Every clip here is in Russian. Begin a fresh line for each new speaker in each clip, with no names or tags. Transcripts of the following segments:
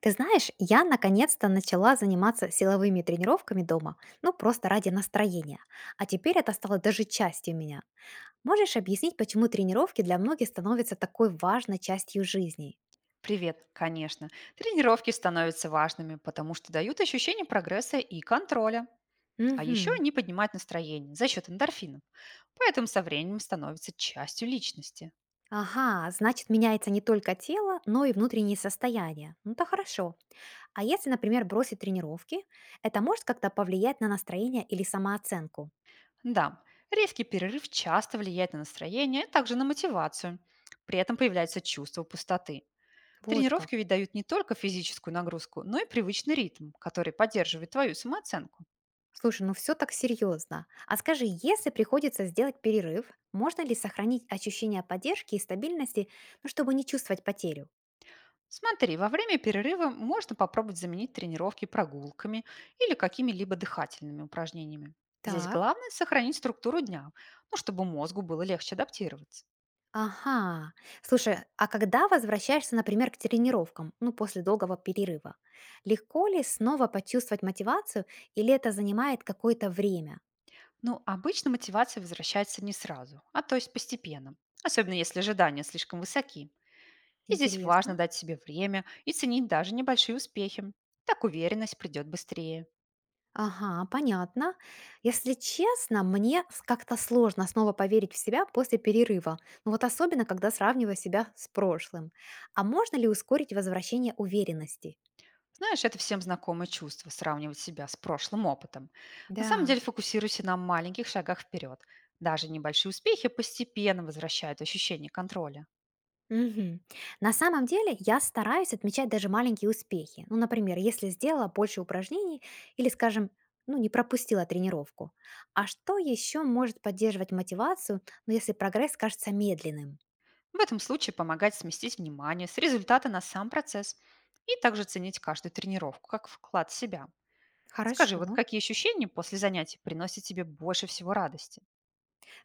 Ты знаешь, я наконец-то начала заниматься силовыми тренировками дома, ну просто ради настроения. А теперь это стало даже частью меня. Можешь объяснить, почему тренировки для многих становятся такой важной частью жизни?
Привет, конечно. Тренировки становятся важными, потому что дают ощущение прогресса и контроля. А еще
Угу.
они поднимают настроение за счет эндорфинов. Поэтому со временем становятся частью личности.
Ага, значит, меняется не только тело, но и внутреннее состояние. Ну то хорошо. А если, например, бросить тренировки, это может как-то повлиять на настроение или самооценку?
Да, резкий перерыв часто влияет на настроение, а также на мотивацию. При этом появляется чувство пустоты.
Вот как.
Тренировки ведь дают не только физическую нагрузку, но и привычный ритм, который поддерживает твою самооценку.
Слушай, ну все так серьезно. А скажи, если приходится сделать перерыв, можно ли сохранить ощущение поддержки и стабильности, ну, чтобы не чувствовать потерю?
Смотри, во время перерыва можно попробовать заменить тренировки прогулками или какими-либо дыхательными упражнениями. Здесь
Так.
главное сохранить структуру дня, ну, чтобы мозгу было легче адаптироваться.
Ага. Слушай, а когда возвращаешься, например, к тренировкам, ну, после долгого перерыва, легко ли снова почувствовать мотивацию или это занимает какое-то время?
Ну, обычно мотивация возвращается не сразу, а то есть постепенно, особенно если ожидания слишком высоки. И здесь важно
Интересно.
дать себе время и ценить даже небольшие успехи. Так уверенность придет быстрее.
Ага, понятно. Если честно, как-то сложно снова поверить в себя после перерыва. Ну вот особенно, когда сравниваю себя с прошлым. А можно ли ускорить возвращение уверенности?
Знаешь, это всем знакомое чувство– сравнивать себя с прошлым опытом. На самом
Да.
деле фокусируйся на маленьких шагах вперед. Даже небольшие успехи постепенно возвращают ощущение контроля.
Мгм. На самом деле я стараюсь отмечать даже маленькие успехи. Ну, например, если сделала больше упражнений или, скажем, ну, не пропустила тренировку. А что еще может поддерживать мотивацию, ну, если прогресс кажется медленным?
В этом случае помогать сместить внимание с результата на сам процесс и также ценить каждую тренировку как вклад в себя. Скажи, вот
Хорошо.
какие ощущения после занятий приносят тебе больше всего радости?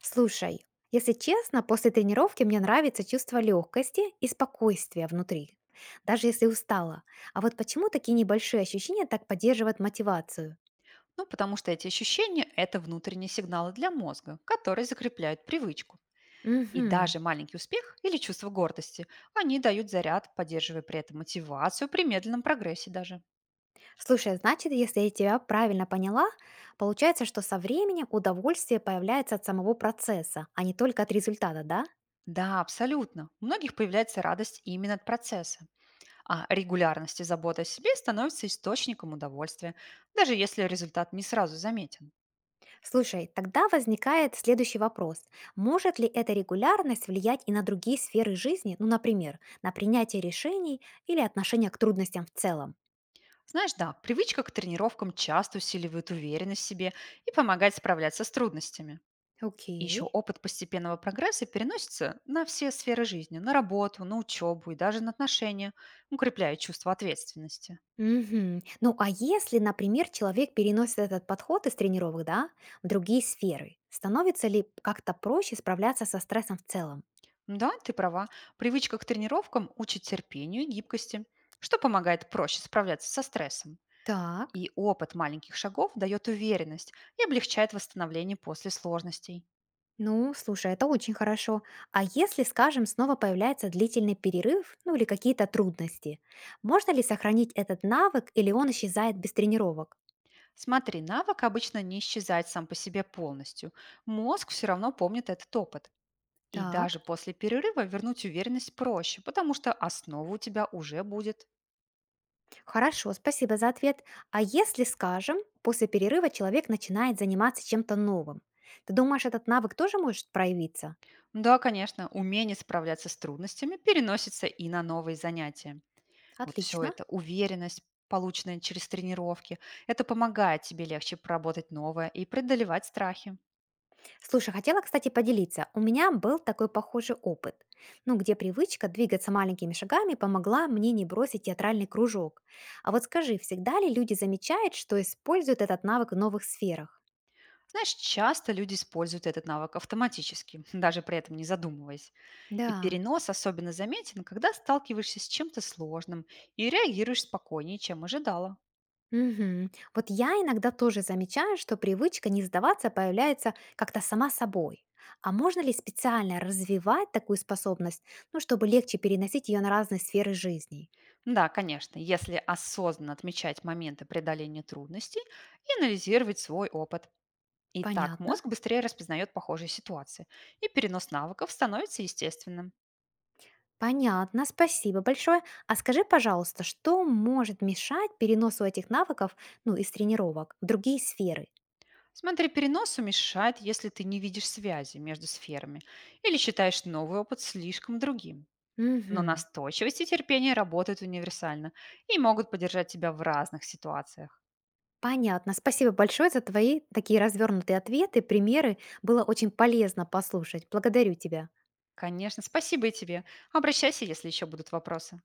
Слушай, если честно, после тренировки мне нравится чувство легкости и спокойствия внутри, даже если устала. А вот почему такие небольшие ощущения так поддерживают мотивацию?
Ну, потому что эти ощущения– это внутренние сигналы для мозга, которые закрепляют привычку. И
Мгм.
даже маленький успех или чувство гордости, они дают заряд, поддерживая при этом мотивацию при медленном прогрессе даже.
Слушай, значит, если я тебя правильно поняла, получается, что со временем удовольствие появляется от самого процесса, а не только от результата, да?
Да, абсолютно. У многих появляется радость именно от процесса. А регулярность и забота о себе становятся источником удовольствия, даже если результат не сразу заметен.
Слушай, тогда возникает следующий вопрос. Может ли эта регулярность влиять и на другие сферы жизни, ну, например, на принятие решений или отношение к трудностям в целом?
Знаешь, да, привычка к тренировкам часто усиливает уверенность в себе и помогает справляться с трудностями. И еще
Окей.
опыт постепенного прогресса переносится на все сферы жизни, на работу, на учебу и даже на отношения, укрепляя чувство ответственности.
Мгм. Ну а если, например, человек переносит этот подход из тренировок, да, в другие сферы, становится ли как-то проще справляться со стрессом в целом?
Да, ты права, привычка к тренировкам учит терпению и гибкости, что помогает проще справляться со стрессом.
Так.
И опыт маленьких шагов дает уверенность и облегчает восстановление после сложностей.
Ну, слушай, это очень хорошо. А если, скажем, снова появляется длительный перерыв, ну или какие-то трудности, можно ли сохранить этот навык или он исчезает без тренировок?
Смотри, навык обычно не исчезает сам по себе полностью. Мозг все равно помнит этот опыт. И
Так,
даже после перерыва вернуть уверенность проще, потому что основа у тебя уже будет.
хорошо, спасибо за ответ. А если, скажем, после перерыва человек начинает заниматься чем-то новым, ты думаешь, этот навык тоже может проявиться?
Да, конечно, умение справляться с трудностями переносится и на новые занятия. Вот все
Отлично.
это, уверенность, полученная через тренировки, это помогает тебе легче проработать новое и преодолевать страхи.
Слушай, хотела, кстати, поделиться. У меня был такой похожий опыт, ну, где привычка двигаться маленькими шагами помогла мне не бросить театральный кружок. А вот скажи, всегда ли люди замечают, что используют этот навык в новых сферах?
Знаешь, часто люди используют этот навык автоматически, даже при этом не задумываясь. И
Да.
перенос особенно заметен, когда сталкиваешься с чем-то сложным и реагируешь спокойнее, чем ожидала.
Мгм. Вот я иногда тоже замечаю, что привычка не сдаваться появляется как-то сама собой. А можно ли специально развивать такую способность, ну, чтобы легче переносить ее на разные сферы жизни?
Да, конечно, если осознанно отмечать моменты преодоления трудностей и анализировать свой опыт. И так
Понятно.
мозг быстрее распознает похожие ситуации, и перенос навыков становится естественным.
Понятно, спасибо большое. А скажи, пожалуйста, что может мешать переносу этих навыков, ну, из тренировок в другие сферы?
Смотри, перенос мешает, если ты не видишь связи между сферами или считаешь новый опыт слишком другим. Но
Мгм.
настойчивость и терпение работают универсально и могут поддержать тебя в разных ситуациях.
Понятно. Спасибо большое за твои такие развернутые ответы, примеры. Было очень полезно послушать. Благодарю тебя.
Конечно, спасибо и тебе. Обращайся, если еще будут вопросы.